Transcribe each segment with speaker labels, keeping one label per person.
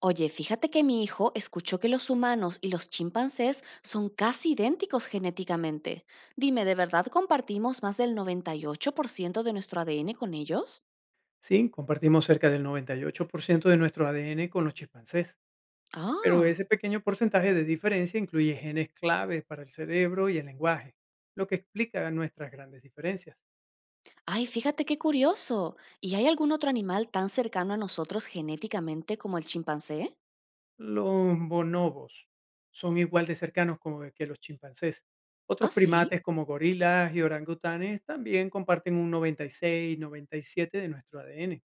Speaker 1: Oye, fíjate que mi hijo escuchó que los humanos y los chimpancés son casi idénticos genéticamente. Dime, ¿de verdad compartimos más del 98% de nuestro ADN con ellos?
Speaker 2: Sí, compartimos cerca del 98% de nuestro ADN con los chimpancés, pero
Speaker 1: Ah,
Speaker 2: ese pequeño porcentaje de diferencia incluye genes clave para el cerebro y el lenguaje, lo que explica nuestras grandes diferencias.
Speaker 1: ay, fíjate qué curioso. ¿Y hay algún otro animal tan cercano a nosotros genéticamente como el chimpancé?
Speaker 2: Los bonobos son igual de cercanos como que los chimpancés. Otros
Speaker 1: Ah, sí.
Speaker 2: primates como gorilas y orangutanes también comparten un 96-97 de nuestro ADN.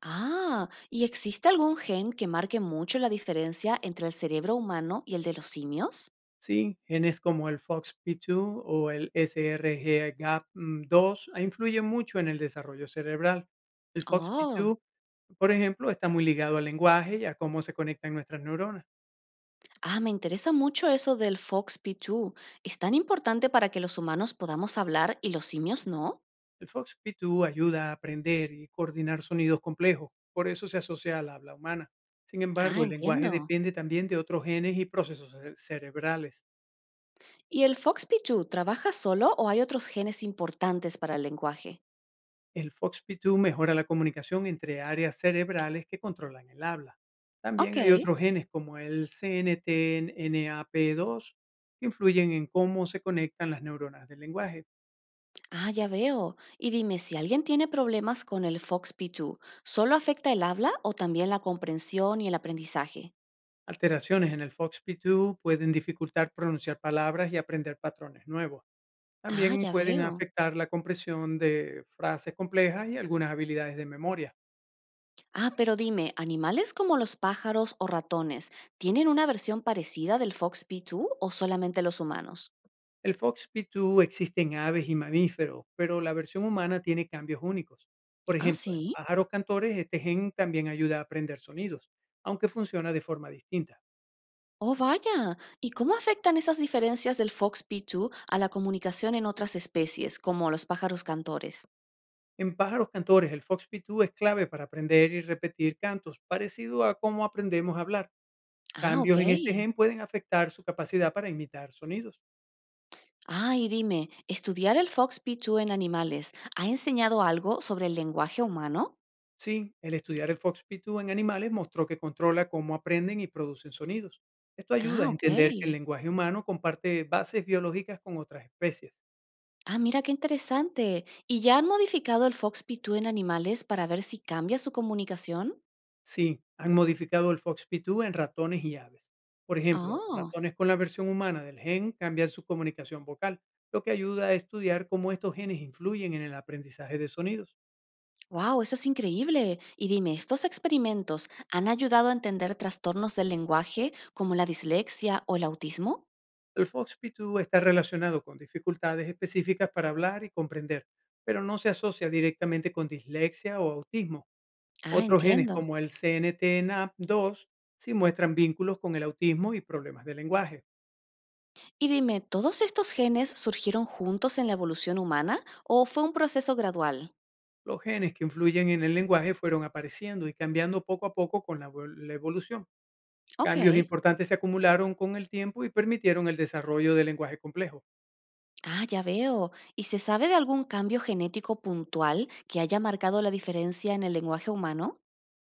Speaker 1: Ah, ¿y existe algún gen que marque mucho la diferencia entre el cerebro humano y el de los simios?
Speaker 2: Sí, genes como el FOXP2 o X P dos o el SRGAP2 influyen mucho en el desarrollo cerebral. El
Speaker 1: Ah.
Speaker 2: FOXP2, por ejemplo, está muy ligado al lenguaje y a cómo se conectan nuestras neuronas.
Speaker 1: Ah. Me interesa mucho eso del FOXP2. ¿Es tan importante para que los humanos podamos hablar y los simios no?
Speaker 2: El FOXP2 ayuda a aprender y coordinar sonidos complejos, por eso se asocia al habla humana. Sin
Speaker 1: Ah,
Speaker 2: embargo, el lenguaje
Speaker 1: entiendo.
Speaker 2: depende también de otros genes y procesos cerebrales.
Speaker 1: ¿Y el FOXP2 trabaja solo o hay otros genes importantes para el lenguaje?
Speaker 2: El FOXP2 mejora la comunicación entre áreas cerebrales que controlan el habla.
Speaker 1: Ok.
Speaker 2: También hay otros genes como el CNTNAP2 que influyen en cómo se conectan las neuronas del lenguaje.
Speaker 1: Ah, ya veo. Y dime, si alguien tiene problemas con el FOXP2, ¿solo afecta el habla o también la comprensión y el aprendizaje?
Speaker 2: Alteraciones en el FOXP2 pueden dificultar pronunciar palabras y aprender patrones nuevos.
Speaker 1: Ah,
Speaker 2: También
Speaker 1: ya
Speaker 2: pueden
Speaker 1: veo.
Speaker 2: afectar la compresión de frases complejas y algunas habilidades de memoria.
Speaker 1: Ah, pero dime, ¿animales como los pájaros o ratones tienen una versión parecida del FOXP2 o solamente los humanos?
Speaker 2: El FOXP2 existe en aves y mamíferos, pero la versión humana tiene cambios únicos. Por
Speaker 1: Ah,
Speaker 2: ejemplo, en
Speaker 1: sí.
Speaker 2: pájaros cantores este gen también ayuda a aprender sonidos, aunque funciona de forma distinta.
Speaker 1: Oh, vaya. ¿Y cómo afectan esas diferencias del FOXP2 a la comunicación en otras especies, como los pájaros cantores?
Speaker 2: En pájaros cantores el FOXP2 es clave para aprender y repetir cantos, parecido a cómo aprendemos a hablar.
Speaker 1: Ah, ok.
Speaker 2: Cambios en este gen pueden afectar su capacidad para imitar sonidos.
Speaker 1: Ah, y dime, ¿estudiar el FOXP2 en animales ha enseñado algo sobre el lenguaje humano?
Speaker 2: Sí, el estudiar el foxpitu en animales mostró que controla cómo aprenden y producen sonidos. Esto ayuda
Speaker 1: Ah,
Speaker 2: a
Speaker 1: ok.
Speaker 2: entender que el lenguaje humano comparte bases biológicas con otras especies.
Speaker 1: Ah, mira qué interesante. ¿Y ya han modificado el FOXP2 en animales para ver si cambia su comunicación?
Speaker 2: Sí, han modificado el foxpitu en ratones y aves. Por ejemplo,
Speaker 1: Oh.
Speaker 2: ratones con la versión humana del gen cambian su comunicación vocal, lo que ayuda a estudiar cómo estos genes influyen en el aprendizaje de sonidos.
Speaker 1: Wow, eso es increíble. Y dime, ¿estos experimentos han ayudado a entender trastornos del lenguaje como la dislexia o el autismo?
Speaker 2: El foxpitu está relacionado con dificultades específicas para hablar y comprender, pero no se asocia directamente con dislexia o autismo.
Speaker 1: Ah,
Speaker 2: Otros genes
Speaker 1: entiendo.
Speaker 2: como el CNTNA2 sí muestran vínculos con el autismo y problemas de lenguaje.
Speaker 1: Y dime, ¿todos estos genes surgieron juntos en la evolución humana o fue un proceso gradual?
Speaker 2: Los genes que influyen en el lenguaje fueron apareciendo y cambiando poco a poco con la evolución.
Speaker 1: Ok.
Speaker 2: Cambios importantes se acumularon con el tiempo y permitieron el desarrollo del lenguaje complejo.
Speaker 1: Ah, ya veo. ¿Y se sabe de algún cambio genético puntual que haya marcado la diferencia en el lenguaje humano?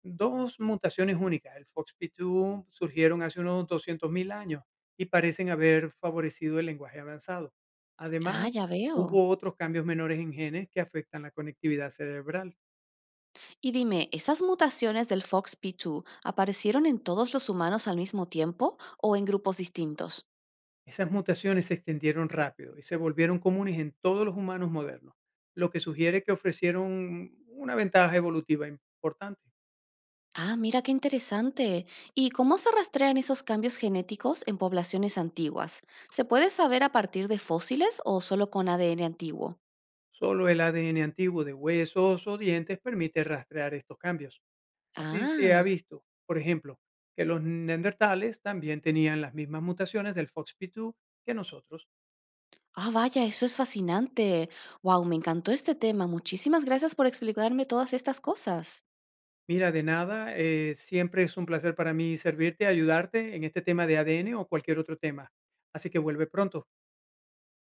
Speaker 2: Dos mutaciones únicas, el FOXP2, surgieron hace unos 200.000 años y parecen haber favorecido el lenguaje avanzado.
Speaker 1: Ah,
Speaker 2: Además,
Speaker 1: ya veo.
Speaker 2: hubo otros cambios menores en genes que afectan la conectividad cerebral.
Speaker 1: Y dime, ¿esas mutaciones del FOXP2 aparecieron en todos los humanos al mismo tiempo o en grupos distintos?
Speaker 2: Esas mutaciones se extendieron rápido y se volvieron comunes en todos los humanos modernos, lo que sugiere que ofrecieron una ventaja evolutiva importante.
Speaker 1: Ah, mira qué interesante. ¿Y cómo se rastrean esos cambios genéticos en poblaciones antiguas? ¿Se puede saber a partir de fósiles o solo con ADN antiguo?
Speaker 2: Solo el ADN antiguo de huesos o dientes permite rastrear estos cambios. Así se ha
Speaker 1: Ah,
Speaker 2: visto, por ejemplo, que los neandertales también tenían las mismas mutaciones del FOXP2 que nosotros.
Speaker 1: ah, vaya, eso es fascinante. Wow, me encantó este tema. Muchísimas gracias por explicarme todas estas cosas.
Speaker 2: Mira, de nada, siempre es un placer para mí servirte, ayudarte en este tema de ADN o cualquier otro tema. Así que vuelve pronto.